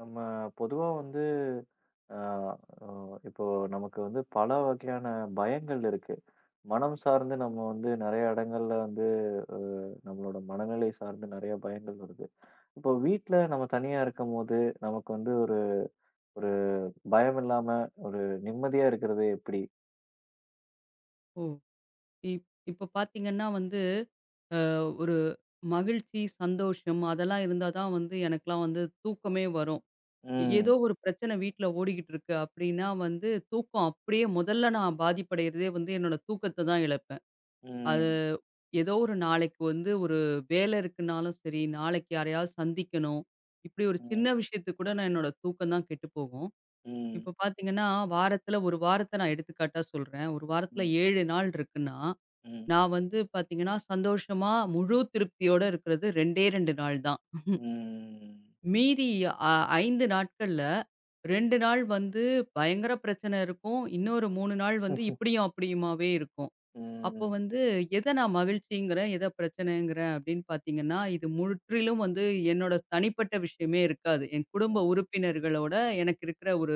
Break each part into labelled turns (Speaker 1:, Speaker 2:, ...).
Speaker 1: நம்ம பொதுவா வந்து அ அ இப்போ நமக்கு வந்து பல வகையான பயங்கள் இருக்கு. மனம் சார்ந்து நம்ம வந்து நெறைய இடங்கள்ல வந்து அ நம்மளோட மனநிலை சார்ந்து நெறைய பயங்கள் வருது. இப்போ வீட்ல நம்ம தனியா இருக்கும்போது, நமக்கு வந்து ஒரு ஒரு பயம் இல்லாம ஒரு நிம்மதியா இருக்கிறது எப்படி?
Speaker 2: ஓ! இப் இப்ப பார்த்தீங்கன்னா வந்து, அ ஒரு மகிழ்ச்சி, சந்தோஷம் அதெல்லாம் இருந்தா தான் வந்து எனக்கெல்லாம் வந்து தூக்கமே வரும். ஏதோ
Speaker 1: ம்.
Speaker 2: ஒரு பிரச்சனை வீட்ல ஓடிக்கிட்டு இருக்கு அப்டின்னா வந்து, தூக்கம் அப்படியே முதல்ல நான் பாதிப்படையிறதே வந்து என்னோட தூக்கத்த தான் இழப்பேன். அது
Speaker 1: ம்.
Speaker 2: ஏதோ ஒரு நாளைக்கு வந்து ஒரு வேலை இருக்குனாலும் சரி, நாளைக்கு யாரையாவது சந்திக்கணும். இப்படி ஒரு சின்ன
Speaker 1: ம்.
Speaker 2: விஷயத்துக்கு கூட நான் என்னோட தூக்கம் தான் கெட்டு போகும்.
Speaker 1: ம்.
Speaker 2: இப்ப பார்த்தீங்கன்னா, வாரத்துல ஒரு வாரத்த நான் எடுத்துக்காட்டா சொல்றேன். ஒரு வாரத்துல
Speaker 1: ம்.
Speaker 2: 7 நாள் இருக்குன்னா
Speaker 1: ம்.
Speaker 2: நான் வந்து பார்த்தீங்கன்னா, சந்தோஷமா முழு திருப்தியோட இருக்கிறது 2டே 2 நாள் தான்.
Speaker 1: ம்.
Speaker 2: மீதி அ 5 நாட்கள்ல 2 நாள் வந்து பயங்கர பிரச்சனை இருக்கும். இன்னொரு 3 நாள் வந்து இப்படியும் அப்படியுமாவே இருக்கும். அப்போ
Speaker 1: ம்.
Speaker 2: வந்து எத நான் மகிழ்ச்சிங்கிறேன், எத பிரச்சனைங்கிறேன் அப்படின்னு பார்த்தீங்கன்னா, இது முற்றிலும் வந்து என்னோட தனிப்பட்ட விஷயமே இருக்காது. என்
Speaker 1: ம்.
Speaker 2: குடும்ப உறுப்பினர்களோட எனக்கு இருக்கிற ஒரு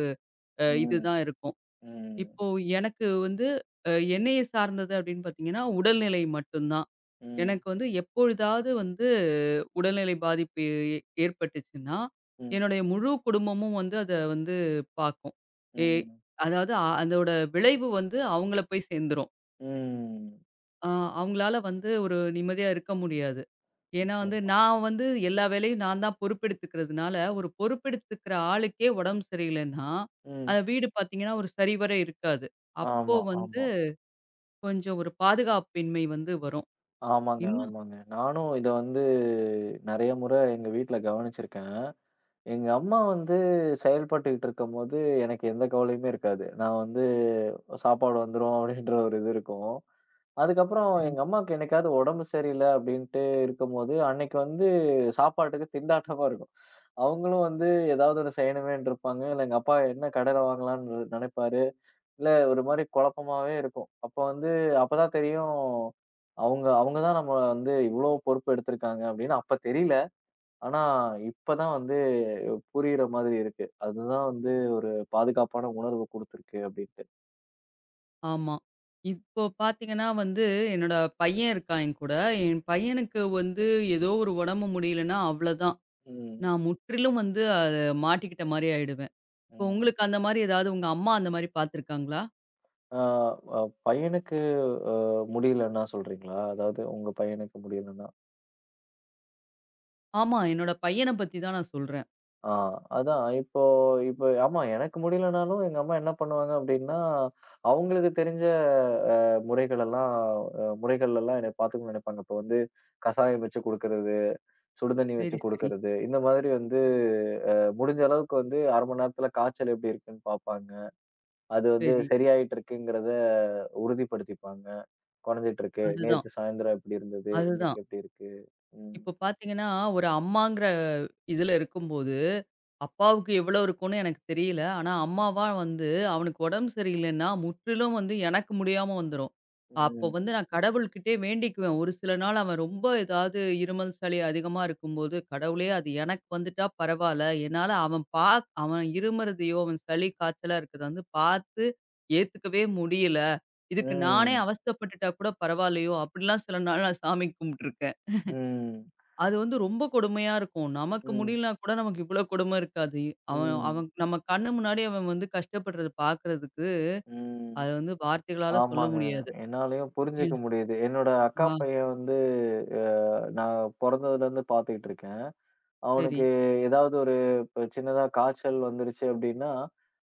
Speaker 1: ம்.
Speaker 2: இதுதான் இருக்கும்.
Speaker 1: ம்.
Speaker 2: இப்போ எனக்கு வந்து என்னைய சார்ந்தது அப்படின்னு பார்த்தீங்கன்னா, உடல்நிலை மட்டும் தான். எனக்கு வந்து எப்பொழுதாவது வந்து உடல்நிலை பாதிப்பு ஏ ஏற்பட்டுச்சுன்னா,
Speaker 1: ம்.
Speaker 2: என்னுடைய முழு குடும்பமும் வந்து அத வந்து பாக்கும். எ
Speaker 1: ம்.
Speaker 2: அதாவது அதோட விளைவு வந்து அவங்கள போய் சேர்ந்துரும்.
Speaker 1: ம்.
Speaker 2: அ அவங்களால வந்து ஒரு நிம்மதியா இருக்க முடியாது. ஏன்னா வந்து
Speaker 1: நிச்சயமா.
Speaker 2: நான் வந்து எல்லா வேலையும் நான் தான் பொறுப்பெடுத்துக்கிறதுனால, ஒரு பொறுப்பெடுத்துக்கிற ஆளுக்கே உடம்பு சரியில்லைன்னா,
Speaker 1: ம்.
Speaker 2: அந்த வீடு பாத்தீங்கன்னா ஒரு சரிவர இருக்காது. அப்போ
Speaker 1: ஆமா,
Speaker 2: வந்து
Speaker 1: ஆமா.
Speaker 2: கொஞ்சம் ஒரு பாதுகாப்பின்மை வந்து வரும்.
Speaker 1: ஆமாங்க,
Speaker 2: இன்னும்
Speaker 1: ஆமாங்க. நானும் இத வந்து நெறைய முறை எங்க வீட்ல கவனிச்சிருக்கேன். எங்க அம்மா வந்து செயல்பட்டுக்கிட்டு இருக்கும்போது, எனக்கு எந்த கவலையுமே இருக்காது. நான் வந்து சாப்பாடு வந்துரும் அப்படின்ற ஒரு இது இருக்கும். அதுக்கப்புறம்
Speaker 2: சரி.
Speaker 1: எங்க அம்மாவுக்கு என்னைக்காவது உடம்பு சரியில்ல அப்படின்ட்டு இருக்கும்போது, அன்னைக்கு வந்து சாப்பாட்டுக்கு திண்டாட்டமா இருக்கும். அவங்களும் வந்து ஏதாவது ஒண்ணு செய்யணுமேன்ட்டு இருப்பாங்க. இல்ல எங்க அப்பா என்ன கடையில வாங்கலாம்ன்னு நினைப்பாரு. இல்ல ஒரு மாரி குழப்பமாவே இருக்கும். அப்ப வந்து அப்பதான் தெரியும். அவங்க அவங்க தான் நம்ம வந்து இவ்ளோ பொறுப்பு எடுத்திருக்காங்க அப்படின்னு அப்ப தெரியல. ஆனா இப்பதான் வந்து புரியிற மாதிரி இருக்கு. அதுதான் வந்து ஒரு பாதுகாப்பான உணர்வு குடுத்திருக்கு அப்படின்ட்டு.
Speaker 2: ஆமா. இப்போ பார்த்தீங்கன்னா வந்து, என்னோட பையன் இருக்கான் என் கூட. என் பையனுக்கு வந்து ஏதோ ஒரு உடம்பு முடியலன்னா அவ்வளதான்.
Speaker 1: ம்.
Speaker 2: நான் முற்றிலும் வந்து அத மாட்டிக்கிட்ட மாரி ஆயிடுவேன். இப்போ
Speaker 1: ம்.
Speaker 2: உங்களுக்கு அந்த மாரி ஏதாவது உங்க அம்மா அந்த மாரி பார்த்துருக்காங்களா?
Speaker 1: ஆ, அ பையனுக்கு அ முடியலன்னா சொல்றீங்களா? அதாவது உங்க பையனுக்கு முடியலன்னா?
Speaker 2: ஆமா. என்னோட பையன பத்தி தான் நான் சொல்றேன்.
Speaker 1: ஆ, அதான். இப்போ இப்போ ஆமா, எனக்கு முடியலனாலும் எங்க அம்மா என்ன பண்ணுவாங்க அப்டின்னா, அவங்களுக்கு தெரிஞ்ச அ முறைகள் எல்லாம் என்னைய பார்த்துக்கணும்னு நெனைப்பாங்க. இப்போ வந்து கசாயம் வச்சு குடுக்கறது, சுடுதண்ணி
Speaker 2: சரி,
Speaker 1: வச்சு
Speaker 2: சரி,
Speaker 1: குடுக்கறது, இந்த மாதிரி வந்து அ முடிஞ்ச அளவுக்கு வந்து 1/2 மணி நேரத்துல காய்ச்சல் எப்டி இருக்குன்னு பார்ப்பாங்க. அது வந்து
Speaker 2: சரி.
Speaker 1: சரியாயிட்டு இருக்குங்கிறத உறுதிப்படுத்திப்பாங்க. கொறஞ்சிட்டு இருக்கு.
Speaker 2: அதுதான்,
Speaker 1: நேத்து சாயந்திரம் இப்டி இருந்தது. இன்னைக்கு
Speaker 2: அதுதான்.
Speaker 1: எப்டி இருக்கு? ம்,
Speaker 2: இப்போ பார்த்தீங்கன்னா, ஒரு அம்மாங்கிற இதுல இருக்கும்போது, அப்பாவுக்கு எவ்வளோ இருக்கும்னு எனக்கு தெரியல. ஆனா, அம்மாவா வந்து அவனுக்கு உடம்பு சரியில்லைன்னா, முற்றிலும் வந்து எனக்கு முடியாம வந்துரும். அப்போ
Speaker 1: ம்,
Speaker 2: வந்து நான் கடவுள்கிட்டயே வேண்டிக்குவேன். ஒரு சில நாள் அவன் ரொம்ப ஏதாவது இருமல், சளி அதிகமா இருக்கும்போது, "கடவுளே அது எனக்கு வந்துட்டா பரவால்ல. என்னால அவன் அவன் இருமுறதையோ, அவன் சளி, காய்ச்சலா இருக்கிறத வந்து பார்த்து ஏத்துக்கவே முடியல. இதுக்கு நானே
Speaker 1: ம்,
Speaker 2: அவஸ்தைப்பட்டுட்டா கூட பரவால்லையோ!" அப்படிலாம் சில நாள் நான் சாமி கும்பிட்டுருக்கேன்.
Speaker 1: ம்,
Speaker 2: அது வந்து ரொம்ப கொடுமையா இருக்கும். நமக்கு
Speaker 1: ம்,
Speaker 2: முடியலனா கூட நமக்கு இவ்ளோ கொடுமை இருக்காது. அவன்
Speaker 1: ம்.
Speaker 2: அவன் நம்ம கண்ணு முன்னாடி அவன் வந்து கஷ்டப்படுறத பார்க்கறதுக்கு,
Speaker 1: ம்.
Speaker 2: அது வந்து வார்த்தைகளால சொல்ல
Speaker 1: ஆமாங்க.
Speaker 2: முடியாது.
Speaker 1: என்னாலயும் புரிஞ்சுக்க
Speaker 2: ம்.
Speaker 1: முடியுது. என்னோட அக்கா
Speaker 2: ஆ
Speaker 1: பையன் வந்து அ நான் பொறந்ததுலருந்து பார்த்துக்கிட்டு இருக்கேன்.
Speaker 2: சரி.
Speaker 1: அவனுக்கு ஏதாவது ஒரு இப்ப சின்னதா காய்ச்சல் வந்துருச்சு அப்டின்னா,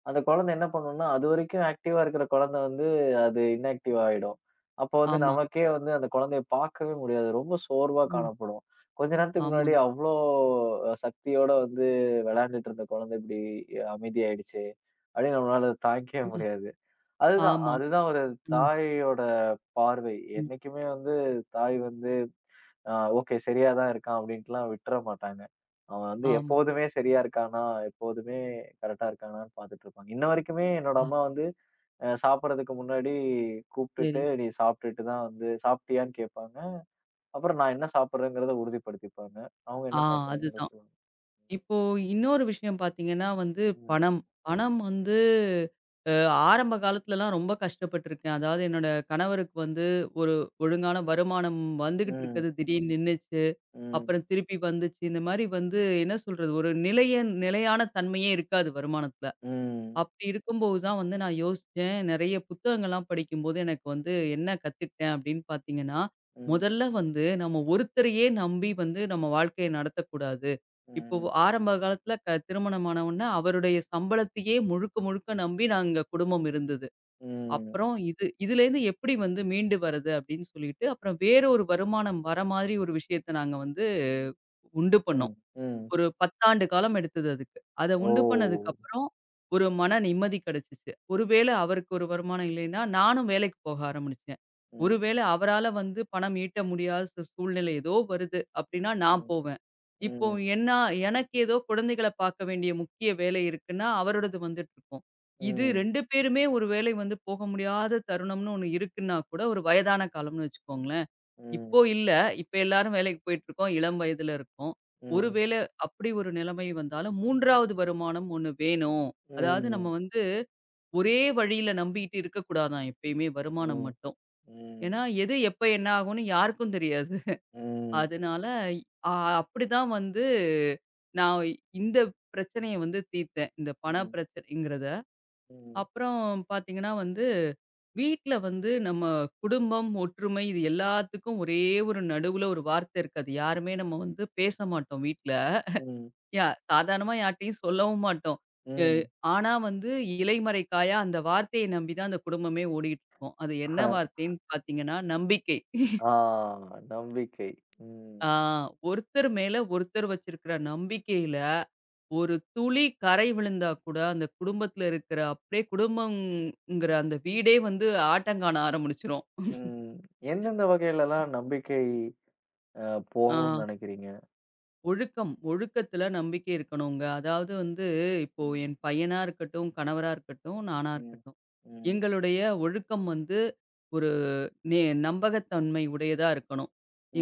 Speaker 1: அந்த குழந்தை என்ன பண்ணும்னா, அதுவரைக்கும் ஆக்டிவா இருக்கிற குழந்தை வந்து அது இன்ஆக்டிவ் ஆயிடும். அப்போ வந்து
Speaker 2: ஆமா.
Speaker 1: நமக்கே வந்து அந்த குழந்தைய பார்க்கவே முடியாது. ரொம்ப சோர்வா
Speaker 2: ம்.
Speaker 1: காணப்படும். கொஞ்ச நேரத்துக்கு முன்னாடி
Speaker 2: ஆமாங்க.
Speaker 1: அவ்ளோ சக்தியோட வந்து விளையாண்டுட்டு இருந்த குழந்தை இப்டி அமைதியாயிடுச்சே! அப்டின்னு நம்மளால தாங்கிக்கவே
Speaker 2: ம்.
Speaker 1: முடியாது. அதுதான்,
Speaker 2: ஆமா.
Speaker 1: அதுதான் ஒரு
Speaker 2: ம்.
Speaker 1: தாயோட பார்வை.
Speaker 2: ம்.
Speaker 1: என்னைக்குமே வந்து தாய் வந்து, "ஆ ஓகே சரியா தான் இருக்கான்." அப்படின்ட்டுலாம் விட்டுற மாட்டாங்க. அவன் வந்து
Speaker 2: ஆமா.
Speaker 1: எப்போதுமே சரியா இருக்கானா, எப்போதுமே கரெக்ட்டா இருக்கானான்னு பார்த்துட்டு இருப்பாங்க. இன்ன வரைக்குமே என்னோட
Speaker 2: ஆ
Speaker 1: அம்மா வந்து சாப்பிடுறதுக்கு முன்னாடி
Speaker 2: சரி.
Speaker 1: கூப்பிட்டுட்டு, "நீ சாப்பிட்டுட்டு தான் வந்து சாப்பிட்டியான்னு?" கேட்பாங்க. அப்புறம் நான் என்ன சாப்பிடுறேங்கிறத உறுதிப்படுத்திப்பாங்க. அவங்க
Speaker 2: ஆ
Speaker 1: என்ன சாப்பிடுறாங்கங்கிறத
Speaker 2: அதுதான்.
Speaker 1: சொல்லுவாங்க.
Speaker 2: இப்போ இன்னொரு விஷயம் பார்த்தீங்கன்னா வந்து
Speaker 1: ம்.
Speaker 2: பணம். பணம் வந்து அ ஆரம்ப காலத்துலலாம் ரொம்ப கஷ்டப்பட்டுருக்கேன். அதாவது என்னோட கணவருக்கு வந்து ஒரு ஒழுங்கான வருமானம் வந்துகிட்டு
Speaker 1: ம்.
Speaker 2: இருக்கிறது திடீர்னு நின்னுச்சு.
Speaker 1: ம்.
Speaker 2: அப்புறம் திருப்பி வந்துச்சு. இந்த மாரி வந்து என்ன சொல்றது? ஒரு நிலையான தன்மையே இருக்காது வருமானத்துல.
Speaker 1: ம்.
Speaker 2: அப்படி இருக்கும்போது தான் வந்து நான் யோசிச்சேன். நெறைய புத்தகங்கள்லாம் படிக்கும்போது எனக்கு வந்து என்ன கத்துக்கிட்டேன் அப்படின்னு பார்த்தீங்கன்னா,
Speaker 1: ம்.
Speaker 2: முதல்ல வந்து நம்ம ஒருத்தரையே நம்பி வந்து நம்ம வாழ்க்கைய நடத்தக்கூடாது. இப்போ
Speaker 1: ம்.
Speaker 2: ஆரம்ப காலத்துல திருமணமான உடனே அவருடைய சம்பளத்தையே முழுக்க முழுக்க நம்பி நாங்க குடும்பம் இருந்தது.
Speaker 1: ம்.
Speaker 2: அப்புறம் இதுலேருந்து எப்படி வந்து மீண்டு வர்றது அப்படின்னு சொல்லிட்டு, அப்புறம் வேற ஒரு வருமானம் வர மாதிரி ஒரு விஷயத்த நாங்க வந்து உண்டு பண்ணோம்.
Speaker 1: ம். ம்.
Speaker 2: ஒரு 10 ஆண்டு காலம் எடுத்தது அதுக்கு. அத உண்டு பண்ணதுக்கு
Speaker 1: ஓ!
Speaker 2: அப்புறம் ஒரு மன நிம்மதி கிடைச்சுச்சு. ஒருவேளை அவருக்கு ஒரு வருமானம் இல்லைன்னா, நானும் வேலைக்கு போக ஆரம்பிச்சேன்.
Speaker 1: ம்.
Speaker 2: ஒருவேளை அவரால வந்து பணம் ஈட்ட முடியாத சூழ்நிலை ஏதோ வருது அப்படின்னா, நான்
Speaker 1: ம்.
Speaker 2: போவேன். இப்போ
Speaker 1: ம்.
Speaker 2: என்னா எனக்கு ஏதோ குழந்தைகள பார்க்க வேண்டிய முக்கிய வேலை இருக்குன்னா, அவரோடது வந்துட்டுருக்கும். இது
Speaker 1: ம்.
Speaker 2: 2 பேருமே ஒரு வேளை வந்து போக முடியாத தருணம்னு ஒண்ணு இருக்குன்னா கூட, ஒரு வயதான காலம்னு வச்சுக்கோங்களேன். இப்போ
Speaker 1: ம்.
Speaker 2: இல்ல. இப்ப எல்லாரும் வேலைக்கு போயிட்டுருக்கோம். இளம் வயதுல இருக்கோம்.
Speaker 1: ம்.
Speaker 2: ஒருவேளை அப்படி ஒரு நிலைமை வந்தாலும் 3வது வருமானம் ஒண்ணு வேணும். அதாவது நம்ம
Speaker 1: ம்.
Speaker 2: வந்து ஒரே வழியில நம்பிட்டு இருக்கக்கூடாதாம் எப்பயுமே வருமானம்
Speaker 1: ம்.
Speaker 2: மட்டும்.
Speaker 1: ம்.
Speaker 2: ஏன்னா, எது எப்ப என்ன ஆகும்னு யாருக்கும் தெரியாது.
Speaker 1: ம்.
Speaker 2: அதனால அ அப்படிதான் வந்து நான் இந்த பிரச்சனைய வந்து தீர்த்தேன். இந்த பண
Speaker 1: ம்.
Speaker 2: பிரச்சனைங்கிறது.
Speaker 1: ம்.
Speaker 2: அப்புறம் பார்த்தீங்கன்னா வந்து, வீட்ல வந்து நம்ம குடும்பம், ஒற்றுமை இது எல்லாத்துக்கும் ஒரே ஒரு நடுவுல ஒரு வார்த்தை இருக்கு. அது யாருமே நம்ம வந்து பேச மாட்டோம் வீட்ல.
Speaker 1: ம்.
Speaker 2: யா சாதாரணமா யார்ட்டயும் சொல்லவும் மாட்டோம். எ
Speaker 1: ம்.
Speaker 2: ஆனா வந்து இலைமறை காயா அந்த வார்த்தைய நம்பி தான் அந்த குடும்பமே ஓடிட்டு இருக்கும். அது என்ன
Speaker 1: அஹ்,
Speaker 2: வார்த்தைன்னு பார்த்தீங்கன்னா, நம்பிக்கை.
Speaker 1: ஆ, நம்பிக்கை. ம்.
Speaker 2: ஆ ஒருத்தர் மேல ஒருத்தர் வச்சிருக்கிற நம்பிக்கையில ஒரு துளி கரை விழுந்தா கூட, அந்த குடும்பத்துல இருக்கிற அப்படியே குடும்பம்ங்கிற அந்த வீடே வந்து ஆட்டங்காண ஆரம்பிச்சுரும்.
Speaker 1: ம். எந்தெந்த வகையிலலாம் நம்பிக்கை அ போகும்னு
Speaker 2: ஆ
Speaker 1: நெனைக்கிறீங்க?
Speaker 2: ஒழுக்கம், ஒழுக்கத்துல நம்பிக்கை இருக்கணுங்க. அதாவது வந்து இப்போ என்
Speaker 1: ம்.
Speaker 2: பையனா இருக்கட்டும், கணவரா இருக்கட்டும், நானா
Speaker 1: ம்.
Speaker 2: இருக்கட்டும்.
Speaker 1: ம்.
Speaker 2: எங்களுடைய ஒழுக்கம் வந்து ஒரு நே நம்பகத்தன்மை உடையதா இருக்கணும்.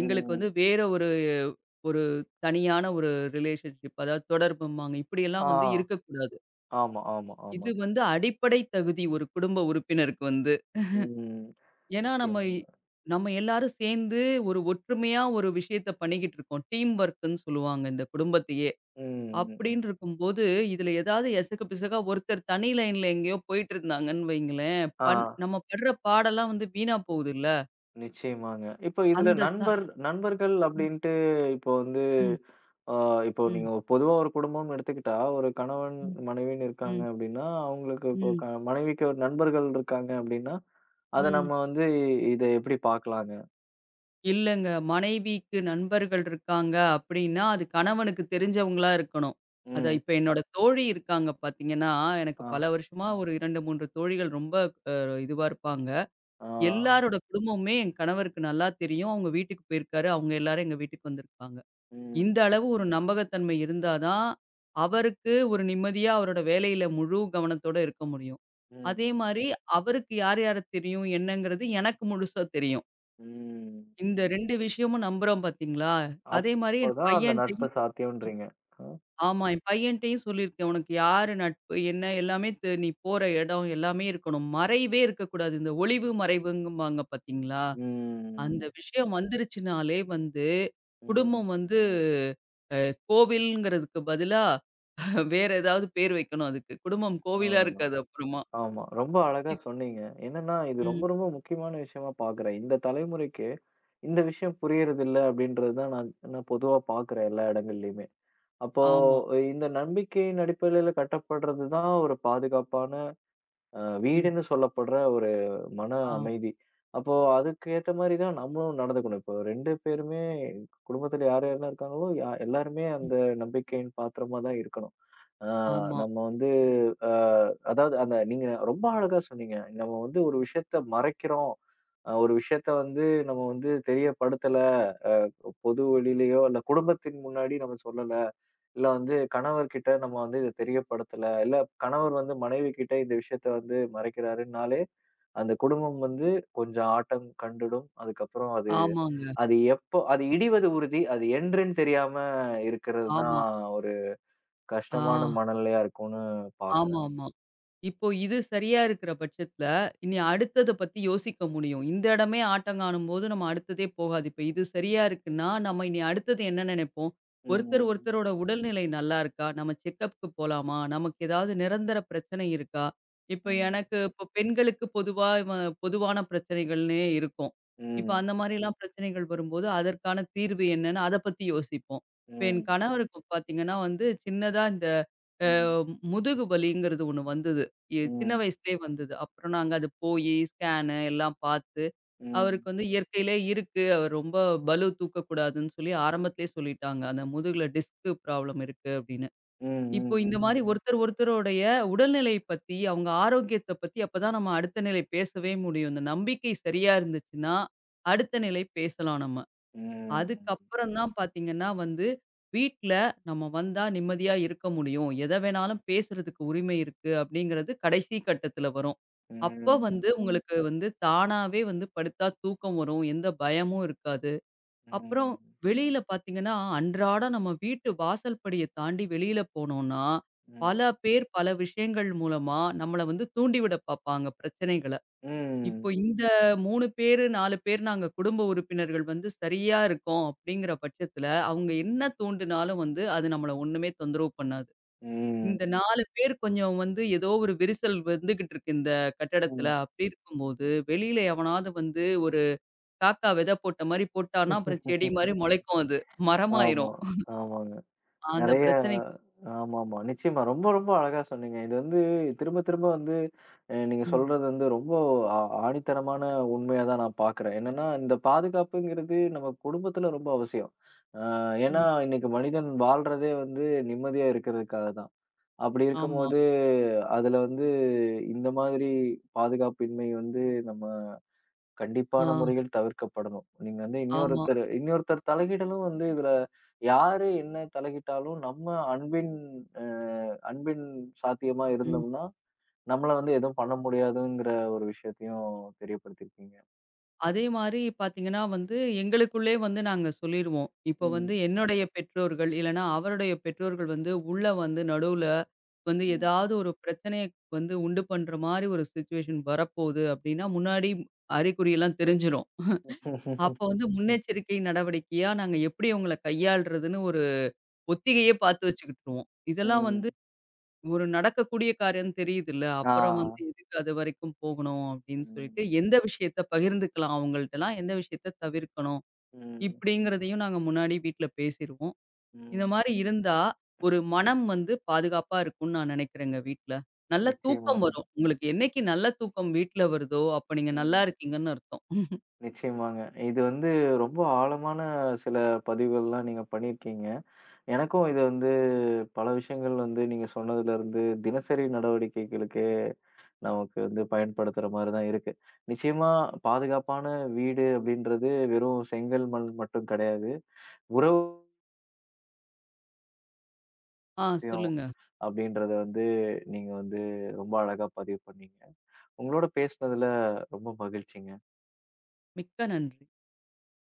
Speaker 2: எங்களுக்கு வந்து வேற ஒரு ஒரு தனியான ஒரு ரிலேஷன்ஷிப் அதாவது தொடர்பும்பாங்க.
Speaker 1: ஆ.
Speaker 2: இப்படியெல்லாம் வந்து இருக்கக்கூடாது.
Speaker 1: ஆமா, ஆமா,
Speaker 2: இது
Speaker 1: ஆமாங்க.
Speaker 2: வந்து அடிப்படை தகுதி ஒரு குடும்ப உறுப்பினருக்கு வந்து.
Speaker 1: ம்.
Speaker 2: ஏன்னா,
Speaker 1: நிச்சயமாங்க.
Speaker 2: நம்ம எல்லாரும் சேர்ந்து ஒரு ஒற்றுமையா ஒரு விஷயத்த பண்ணிக்கிட்டு இருக்கோம். டீம் ஒர்க்ன்னு சொல்லுவாங்க இந்த குடும்பத்தையே.
Speaker 1: ம். ம். ம்.
Speaker 2: அப்படின்னு இருக்கும்போது, இதுல ஏதாவது எசகு பிசகா ஒருத்தர் தனி லைன்ல எங்கேயோ போயிட்டு இருந்தாங்கன்னு வைங்களேன்,
Speaker 1: ஆ.
Speaker 2: பண் நம்ம படுற பாடெல்லாம் வந்து வீணா போகுதுல்ல.
Speaker 1: நிச்சயமாங்க. இப்போ இதுல
Speaker 2: அந்த ச
Speaker 1: நண்பர்கள்
Speaker 2: ம்,
Speaker 1: அப்டின்ட்டு இப்போ வந்து
Speaker 2: ம்,
Speaker 1: ஆ இப்போ
Speaker 2: ம்,
Speaker 1: நீங்க பொதுவா ஒரு குடும்பம்னு எடுத்துக்கிட்டா, ஒரு கணவன்,
Speaker 2: ம்,
Speaker 1: மனைவின்னு இருக்காங்க அப்டின்னா, அவங்களுக்கு இப்போ
Speaker 2: ம்,
Speaker 1: மனைவிக்கு ஒரு நண்பர்கள் இருக்காங்க அப்டின்னா, அத
Speaker 2: ம்.
Speaker 1: நம்ம வந்து இத எப்டி பார்க்கலாங்க?
Speaker 2: இல்லங்க. மனைவிக்கு நண்பர்கள் இருக்காங்க அப்டின்னா, அது கணவனுக்கு தெரிஞ்சவங்களா இருக்கணும். அத
Speaker 1: ம்.
Speaker 2: இப்ப என்னோட தோழி இருக்காங்க பார்த்தீங்கன்னா, எனக்கு
Speaker 1: ஆ,
Speaker 2: பல வருஷமா ஒரு 2, 3 தோழிகள் ரொம்ப அ இதுவா இருப்பாங்க.
Speaker 1: ஆ.
Speaker 2: எல்லாரோட குடும்பமுமே என் கணவருக்கு நல்லா தெரியும். அவங்க வீட்டுக்கு போயிருக்காரு. அவங்க எல்லாரும் எங்க வீட்டுக்கு வந்திருக்காங்க.
Speaker 1: ம்,
Speaker 2: இந்த அளவு ஒரு நம்பகத்தன்மை இருந்தா தான், அவருக்கு ஒரு நிம்மதியா அவரோட வேலையில முழு கவனத்தோட இருக்க முடியும். அதே
Speaker 1: ம்,
Speaker 2: மாரி அவருக்கு யார் யார தெரியும் என்னங்கிறது எனக்கு முழுசா தெரியும்.
Speaker 1: ம்.
Speaker 2: இந்த 2 விஷயமும் நம்புறோம் பார்த்தீங்களா? அதே மாரி என்
Speaker 1: அப்பதான் அந்த நட்பு
Speaker 2: பையன்ட்டயும்
Speaker 1: சாத்தியம்ன்றீங்க. அ.
Speaker 2: ஆமா. என் பையன்ட்டயும் சொல்லியிருக்கேன். "உனக்கு யாரு நட்பு? என்ன?" எல்லாமே தெ நீ போற இடம் எல்லாமே இருக்கணும். மறைவே இருக்கக்கூடாது. இந்த ஒளிவு, மறைவுங்கும்பாங்க பார்த்தீங்களா? அந்த
Speaker 1: ம்,
Speaker 2: விஷயம் வந்துருச்சுனாலே வந்து,
Speaker 1: ம்.
Speaker 2: குடும்பம் வந்து அ கோவில்ங்கிறதுக்கு பதிலா வேற ஏதாவது பேர் வைக்கணும் அதுக்கு. குடும்பம் கோவிலா
Speaker 1: அவ்ளோதான்.
Speaker 2: இருக்காது அப்புறமா.
Speaker 1: ஆமா. ரொம்ப அழகா
Speaker 2: இத்
Speaker 1: சொன்னீங்க. என்னன்னா, இது
Speaker 2: ம்.
Speaker 1: ரொம்ப ரொம்ப முக்கியமான விஷயமா பார்க்குறேன். இந்த தலைமுறைக்கு இந்த விஷயம் புரியறதில்ல அப்டின்றது தான் நான் நான் பொதுவா பார்க்குறேன் எல்லா இடங்கள்லயுமே. அப்போ
Speaker 2: ஆமா.
Speaker 1: இந்த நம்பிக்கையின் அடிப்படையில கட்டப்படுறது தான் ஒரு பாதுகாப்பான
Speaker 2: ம்.
Speaker 1: வீடுன்னு சொல்லப்படுற ஒரு மன
Speaker 2: ஆ.
Speaker 1: அமைதி. அப்போ அதுக்கு ஏத்த மாரி தான் நம்மளும் நடந்துக்கணும். இப்போ 2 பேருமே குடும்பத்துல யார் யாரெல்லாம் இருக்காங்களோ, எல்லாருமே
Speaker 2: ம்.
Speaker 1: அந்த நம்பிக்கையின் பாத்திரமா தான் இருக்கணும். ஆ,
Speaker 2: ஆமா.
Speaker 1: நம்ம வந்து அ அதாவது அந்த நீங்க ரொம்ப அழகா சொன்னீங்க. நம்ம வந்து ஒரு விஷயத்த மறைக்கிறோம். ஒரு விஷயத்த வந்து நம்ம வந்து தெரியப்படுத்தல. பொது வெளியிலயோ, இல்ல குடும்பத்தின் முன்னாடி நம்ம சொல்லல. இல்ல வந்து கணவர்கிட்ட நம்ம வந்து இத தெரியப்படுத்தல. இல்ல கணவர் வந்து மனைவி கிட்ட இந்த விஷயத்த வந்து மறைக்கிறாருன்னாலே, அந்த குடும்பம் வந்து கொஞ்சம் ஆட்டம் கண்டுடும். அதுக்கப்புறம் அது
Speaker 2: ஆமாங்க.
Speaker 1: அது எப்போ அது இடிவது உறுதி. அது என்றுன்னு தெரியாம இருக்கிறது தான்
Speaker 2: ஆமா.
Speaker 1: ஒரு
Speaker 2: ஆ.
Speaker 1: கஷ்டமான மனநிலையா இருக்கும்னு பார்க்கிறேன்.
Speaker 2: ஆமாமா. இப்போ இது சரியா இருக்கிற பட்சத்துல, இனி அடுத்தத பத்தி யோசிக்க முடியும். இந்த இடமே ஆட்டங்காணும்போது நம்ம அடுத்ததே போகாது. இப்ப இது சரியா இருக்குன்னா, நம்ம இனி அடுத்தது என்ன நினைப்போம்?
Speaker 1: ம்,
Speaker 2: ஒருத்தர்
Speaker 1: ம்,
Speaker 2: ஒருத்தரோட உடல்நிலை நல்லா இருக்கா? நம்ம செக்கப்க்கு போலாமா? நமக்கு ஏதாவது நிரந்தர பிரச்சனை இருக்கா? இப்ப
Speaker 1: ம்,
Speaker 2: எனக்கு இப்போ பெண்களுக்கு பொதுவா பொதுவான பிரச்சனைகள்னே இருக்கும். இப்ப
Speaker 1: ம்,
Speaker 2: அந்த மாரிலாம் பிரச்சனைகள் வரும்போது, அதற்கான தீர்வு என்னன்னு அத பத்தி யோசிப்போம். இப்ப என்
Speaker 1: ம்,
Speaker 2: கணவருக்கு பாத்தீங்கன்னா வந்து, சின்னதா இந்த
Speaker 1: ம்,
Speaker 2: முதுகு வலிங்கிறது ஒண்ணு வந்தது.
Speaker 1: ம்,
Speaker 2: சின்ன
Speaker 1: ம்,
Speaker 2: வயசுலயே வந்தது. அப்புறம் நாங்க அது போயி ஸ்கேனு எல்லாம் பார்த்து,
Speaker 1: ம்,
Speaker 2: அவருக்கு வந்து இயற்கையிலே இருக்கு. அவர் ரொம்ப பளு தூக்கக்கூடாதுன்னு சொல்லி ஆரம்பத்திலேயே சொல்லிட்டாங்க. அந்த முதுகுல டிஸ்க் ப்ராப்ளம் இருக்கு அப்படின்னு. இப்போ இந்த
Speaker 1: ம்,
Speaker 2: மாரி ம். ஒருத்தர் ஒருத்தருடைய உடல்நிலை பத்தி, அவங்க ஆரோக்கியத்த பத்தி அப்பதான் நம்ம அடுத்த நிலை பேசவே முடியும். இந்த நம்பிக்கை சரியா இருந்துச்சுன்னா, அடுத்த நிலை பேசலாம் நம்ம.
Speaker 1: ம்,
Speaker 2: அதுக்கப்புறம் தான் பார்த்தீங்கன்னா வந்து, வீட்ல நம்ம வந்தா நிம்மதியா இருக்க முடியும். எத வேணாலும் பேசுறதுக்கு உரிமை இருக்கு அப்படிங்கிறது கடைசி கட்டத்துல வரும். அப்ப
Speaker 1: ம்,
Speaker 2: வந்து உங்களுக்கு வந்து தானாவே வந்து படுத்தா தூக்கம் வரும். எந்த பயமும் இருக்காது.
Speaker 1: ம்,
Speaker 2: அப்புறம்
Speaker 1: ம்.
Speaker 2: வெளியில பார்த்தீங்கன்னா, அன்றாடம் நம்ம வீட்டு வாசல் படிய தாண்டி வெளியில போனோம்னா,
Speaker 1: ம்.
Speaker 2: பல பேர் பல விஷயங்கள் மூலமா நம்மள வந்து தூண்டிவிட பார்ப்பாங்க பிரச்சனைகள. இப்போ
Speaker 1: ம்.
Speaker 2: இந்த 3 பேரு, 4 பேர் நாங்க குடும்ப உறுப்பினர்கள் வந்து சரியா இருக்கோம் அப்படிங்கிற பட்சத்துல, அவங்க என்ன தூண்டினாலும் வந்து அது நம்மள ஒண்ணுமே தொந்தரவு பண்ணாது.
Speaker 1: ம்.
Speaker 2: இந்த 4 பேர் கொஞ்சம் வந்து ஏதோ ஒரு விரிசல் வந்துகிட்டு இருக்கு இந்த கட்டடத்துல.
Speaker 1: ம்.
Speaker 2: அப்படி இருக்கும்போது, வெளியில எவனாவது வந்து ஒரு காக்கா விதை போட்ட மாரி போட்டான்னா, அப்புறம் செடி மாரி முளைக்கும் அது.
Speaker 1: ஆமா,
Speaker 2: மரமாயிரும்.
Speaker 1: ஆமாங்க.
Speaker 2: அந்த
Speaker 1: நெறைய
Speaker 2: பிரச்சனைக்கு
Speaker 1: ஆமாமா. நிச்சயமா. ரொம்ப ரொம்ப அழகா சொன்னீங்க. இது வந்து திரும்ப திரும்ப வந்து நீங்க
Speaker 2: ம்,
Speaker 1: சொல்றது வந்து ரொம்ப ஆ ஆணித்தரமான உண்மையா தான் நான் பார்க்குறேன். என்னன்னா, இந்த பாதுகாப்புங்கிறது நம்ம குடும்பத்துல ரொம்ப அவசியம். அ ஏன்னா,
Speaker 2: ம்.
Speaker 1: இன்னைக்கு மனிதன் வாழ்றதே வந்து நிம்மதியா இருக்கிறதுக்காக தான். அப்படி
Speaker 2: ஆமா.
Speaker 1: இருக்கும்போது, அதுல வந்து இந்த மாதிரி பாதுகாப்பின்மை வந்து நம்ம
Speaker 2: ஆ,
Speaker 1: கண்டிப்பான முறையில் தவிர்க்கப்படணும். நீங்க வந்து
Speaker 2: ஆமா.
Speaker 1: இன்னொருத்தர் இன்னொருத்தர் தலையிடலும் வந்து இதுல யாரு என்ன தலையிட்டாலும் நம்ம அன்பின் அ அன்பின் சாத்தியமா
Speaker 2: ம்.
Speaker 1: இருந்தோம்னா, நம்மள வந்து எதுவும் பண்ண முடியாதுங்கிற ஒரு விஷயத்தையும் தெரியப்படுத்தியிருக்கீங்க.
Speaker 2: அதே மாரி பார்த்தீங்கன்னா வந்து, எங்களுக்குள்ளே வந்து நாங்க சொல்லிருவோம். இப்போ
Speaker 1: ம்.
Speaker 2: வந்து என்னுடைய பெற்றோர்கள், இல்லன்னா அவருடைய பெற்றோர்கள் வந்து உள்ள வந்து நடுவுல வந்து
Speaker 1: ம்.
Speaker 2: ஏதாவது ஒரு பிரச்சனைய வந்து உண்டு பண்ற மாரி ஒரு சிச்சுவேஷன் வரப்போகுது அப்டின்னா, முன்னாடி அறிகுறியெல்லாம் தெரிஞ்சிரும். அப்போ வந்து முன்னெச்சரிக்கை நடவடிக்கையா நாங்க எப்டி அவங்கள கையாள்றதுன்னு ஒரு ஒத்திகையே
Speaker 1: ம்.
Speaker 2: பார்த்து வச்சுக்கிட்டுருவோம். இதெல்லாம் வந்து
Speaker 1: ம்.
Speaker 2: ஒரு நடக்கக்கூடிய காரியம் தெரியுதுல்ல.
Speaker 1: ஆ.
Speaker 2: அப்புறம் வந்து எதுக்கு அது வரைக்கும் போகணும் அப்படின்னு சொல்லிட்டு,
Speaker 1: ம்.
Speaker 2: எந்த விஷயத்த பகிர்ந்துக்கலாம் அவங்கள்ட்டலாம், எந்த விஷயத்த தவிர்க்கணும்.
Speaker 1: ம்.
Speaker 2: இப்படிங்கிறதையும் நாங்க முன்னாடி வீட்ல பேசிருவோம். இந்த
Speaker 1: ம்.
Speaker 2: மாரி இருந்தா, ஒரு மனம் வந்து பாதுகாப்பா இருக்கும்னு நான் நெனைக்கிறேங்க வீட்ல. நல்ல தூக்கம்
Speaker 1: நிச்சயமாங்க.
Speaker 2: வரும். உங்களுக்கு என்னைக்கு நல்ல தூக்கம் வீட்ல வருதோ, அப்ப நீங்க நல்லா
Speaker 1: ம்.
Speaker 2: இருக்கீங்கன்னு அர்த்தம்.
Speaker 1: நிச்சயமாங்க. இது வந்து ரொம்ப ஆழமான சில பதிவுகள்லாம் நீங்க பண்ணியிருக்கீங்க. எனக்கும் இது வந்து பல விஷயங்கள் வந்து நீங்க சொன்னதுலருந்து, தினசரி நடவடிக்கைகளுக்கே நமக்கு வந்து பயன்படுத்துற மாரி தான் இருக்கு. நிச்சயமா பாதுகாப்பான வீடு அப்படின்றது வெறும் செங்கல், மண் மட்டும் கிடையாது. உறவு
Speaker 2: ஆ
Speaker 1: விஷயம்
Speaker 2: சொல்லுங்க.
Speaker 1: அப்படின்றத வந்து நீங்க வந்து ரொம்ப அழகா பதிவு பண்ணீங்க. உங்களோட பேசினதுல ரொம்ப மகிழ்ச்சிங்க.
Speaker 2: மிக்க நன்றி.